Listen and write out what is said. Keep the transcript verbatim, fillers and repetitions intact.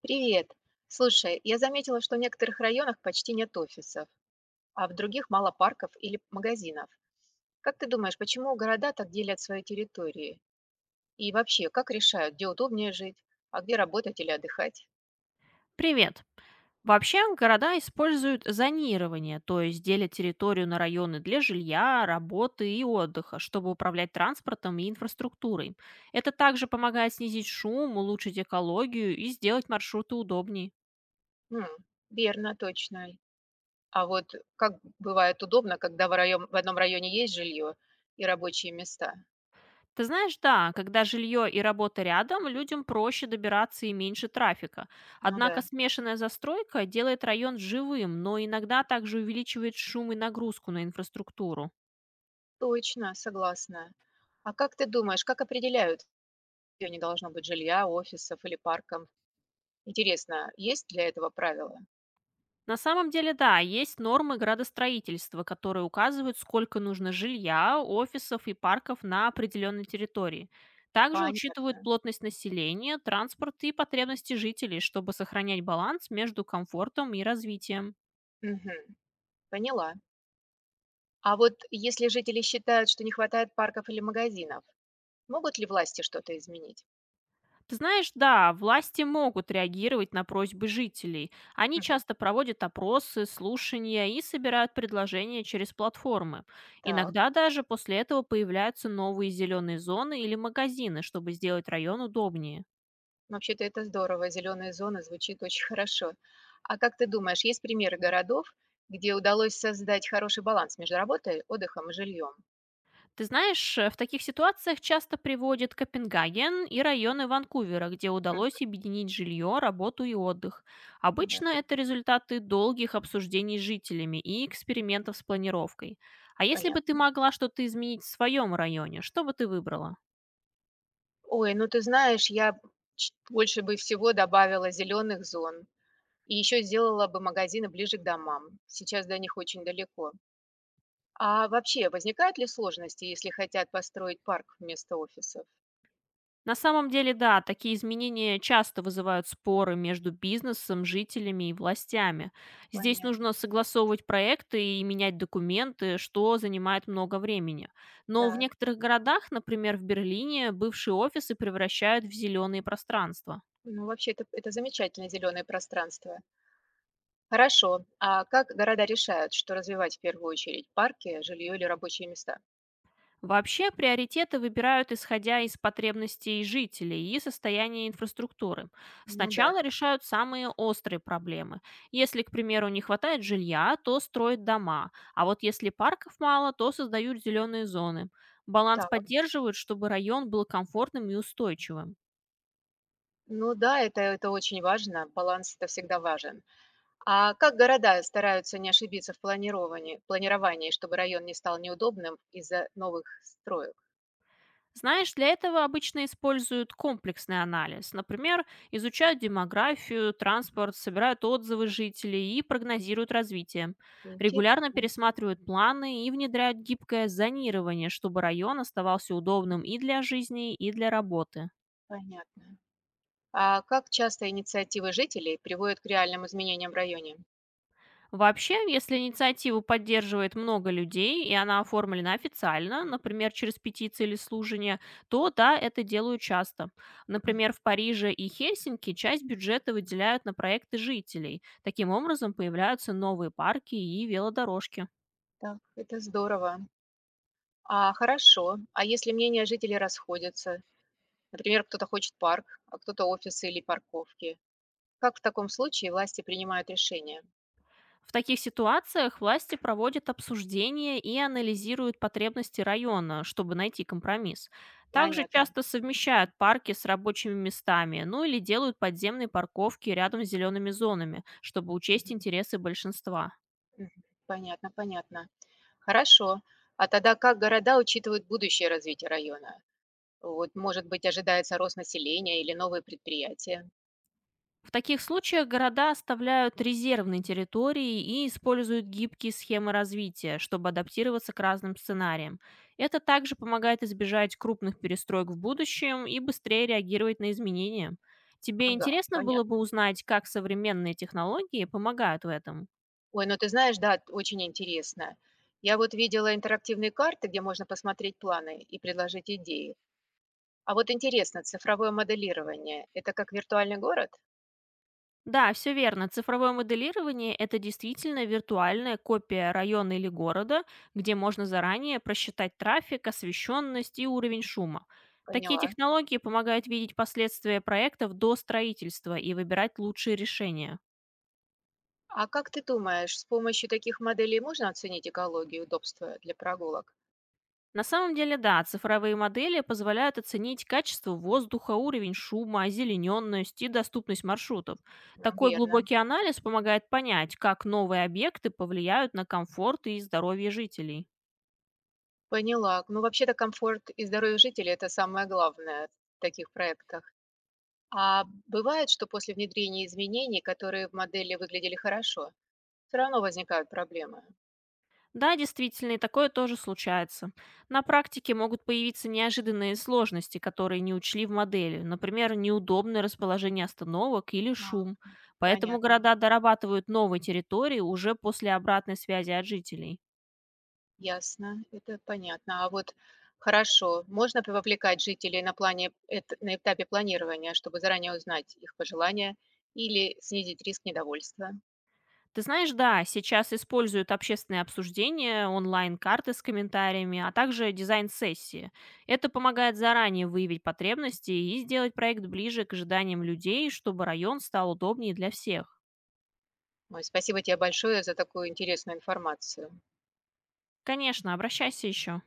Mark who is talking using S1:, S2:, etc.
S1: Привет. Слушай, я заметила, что в некоторых районах почти нет офисов, а в других мало парков или магазинов. Как ты думаешь, почему города так делят свои территории? И вообще, как решают, где удобнее жить, а где работать или отдыхать?
S2: Привет. Вообще города используют зонирование, то есть делят территорию на районы для жилья, работы и отдыха, чтобы управлять транспортом и инфраструктурой. Это также помогает снизить шум, улучшить экологию и сделать маршруты удобнее.
S1: М, верно, точно. А вот как бывает удобно, когда в, район- в одном районе есть жилье и рабочие места?
S2: Ты знаешь, да, когда жилье и работа рядом, людям проще добираться и меньше трафика.
S1: Ну
S2: Однако
S1: да,
S2: смешанная застройка делает район живым, но иногда также увеличивает шум и нагрузку на инфраструктуру.
S1: точно, согласна. А как ты думаешь, как определяют, где не должно быть жилья, офисов или парков? Интересно, есть для этого правила?
S2: На самом деле, да, есть нормы градостроительства, которые указывают, сколько нужно жилья, офисов и парков на определенной территории. Также учитывают
S1: Понятно.
S2: плотность населения, транспорт и потребности жителей, чтобы сохранять баланс между комфортом и развитием.
S1: Мгм. Поняла. А вот если жители считают, что не хватает парков или магазинов, могут ли власти что-то изменить?
S2: Ты знаешь, да, власти могут реагировать на просьбы жителей. Они
S1: Мгм.
S2: часто проводят опросы, слушания и собирают предложения через платформы.
S1: Так.
S2: Иногда даже после этого появляются новые зеленые зоны или магазины, чтобы сделать район удобнее.
S1: Ну, вообще-то это здорово, зеленая зона звучит очень хорошо. А как ты думаешь, есть примеры городов, где удалось создать хороший баланс между работой, отдыхом и жильем?
S2: Ты знаешь, э, в таких ситуациях часто приводит Копенгаген и районы Ванкувера, где
S1: М,
S2: удалось объединить жилье, работу и отдых.
S1: да,
S2: Обычно это результаты долгих обсуждений с жителями и экспериментов с планировкой. А если бы ты
S1: понятно.
S2: могла что-то изменить в своем районе, что бы ты выбрала?
S1: Ой, ну ты знаешь, я ч- больше бы всего добавила зеленых зон, и еще сделала бы магазины ближе к домам. Сейчас до них очень далеко. А вообще, возникают ли сложности, если хотят построить парк вместо офисов?
S2: На самом деле, да, такие изменения часто вызывают споры между бизнесом, жителями и властями. Здесь
S1: Понятно.
S2: нужно согласовывать проекты и менять документы, что занимает много времени. Но в
S1: Так.
S2: некоторых городах, например, в Берлине, бывшие офисы превращают в зеленые пространства.
S1: Ну, вообще, это, это замечательное зеленое пространство. Хорошо. А как города решают, что развивать в первую очередь? Парки, жилье или рабочие места?
S2: Вообще приоритеты выбирают исходя из потребностей жителей и состояния инфраструктуры.
S1: Ну да.
S2: Сначала решают самые острые проблемы. Если, к примеру, не хватает жилья, то строят дома, а вот если парков мало, то создают зеленые зоны. Баланс
S1: Так.
S2: поддерживают, чтобы район был комфортным и устойчивым.
S1: Ну да, это, это очень важно. Баланс это всегда важен. А как города стараются не ошибиться в планировании, планировании, чтобы район не стал неудобным из-за новых строек?
S2: Знаешь, для этого обычно используют комплексный анализ. Например, изучают демографию, транспорт, собирают отзывы жителей и прогнозируют развитие. Регулярно
S1: Интересно,
S2: пересматривают планы и внедряют гибкое зонирование, чтобы район оставался удобным и для жизни, и для работы.
S1: понятно. А как часто инициативы жителей приводят к реальным изменениям в районе?
S2: Вообще, если инициативу поддерживает много людей и она оформлена официально, например, через петиции или служение, то да, это делают часто.
S1: М,
S2: Например, в Париже и Хельсинки часть бюджета выделяют на проекты жителей. Таким образом появляются новые парки и велодорожки.
S1: так, это здорово. А хорошо. А если мнения жителей расходятся? Например, кто-то хочет парк, а кто-то офисы или парковки. Как в таком случае власти принимают решения?
S2: В таких ситуациях власти проводят обсуждения и анализируют потребности района, чтобы найти компромисс. Также
S1: Понятно.
S2: часто совмещают парки с рабочими местами, ну или делают подземные парковки рядом с зелеными зонами, чтобы учесть
S1: Мгм,
S2: интересы большинства.
S1: мгм. Понятно, понятно. Хорошо. А тогда как города учитывают будущее развитие района? Вот, может быть, ожидается рост населения или новые предприятия?
S2: В таких случаях города оставляют резервные территории и используют гибкие схемы развития, чтобы адаптироваться к разным сценариям. Это также помогает избежать крупных перестроек в будущем и быстрее реагировать на изменения. Тебе
S1: Ага,
S2: интересно было бы
S1: понятно.
S2: узнать, как современные технологии помогают в этом?
S1: Ой, ну ты знаешь, да, очень интересно. Я вот видела интерактивные карты, где можно посмотреть планы и предложить идеи. А вот интересно, цифровое моделирование– это как виртуальный город?
S2: Да, все верно. Цифровое моделирование– это действительно виртуальная копия района или города, где можно заранее просчитать трафик, освещенность и уровень шума. Такие
S1: Поняла.
S2: технологии помогают видеть последствия проектов до строительства и выбирать лучшие решения.
S1: А как ты думаешь, с помощью таких моделей можно оценить экологию и удобство для прогулок?
S2: На самом деле, да, цифровые модели позволяют оценить качество воздуха, уровень шума, озелененность и доступность маршрутов.
S1: Ну,
S2: Такой
S1: верно.
S2: глубокий анализ помогает понять, как новые объекты повлияют на комфорт и здоровье жителей.
S1: Поняла. Ну, вообще-то комфорт и здоровье жителей– это самое главное в таких проектах. А бывает, что после внедрения изменений, которые в модели выглядели хорошо, все равно возникают проблемы?
S2: Да, действительно, и такое тоже случается. На практике могут появиться неожиданные сложности, которые не учли в модели, например, неудобное расположение остановок или
S1: А,
S2: шум. Поэтому
S1: понятно,
S2: города дорабатывают новые территории уже после обратной связи от жителей.
S1: ясно, это понятно. А вот хорошо, можно п вовлекать жителей на плане эт на этапе планирования, чтобы заранее узнать их пожелания или снизить риск недовольства?
S2: Ты знаешь, да, сейчас используют общественные обсуждения, онлайн-карты с комментариями, а также дизайн-сессии. Это помогает заранее выявить потребности и сделать проект ближе к ожиданиям людей, чтобы район стал удобнее для всех.
S1: Ой, спасибо тебе большое за такую интересную информацию.
S2: Конечно, обращайся еще.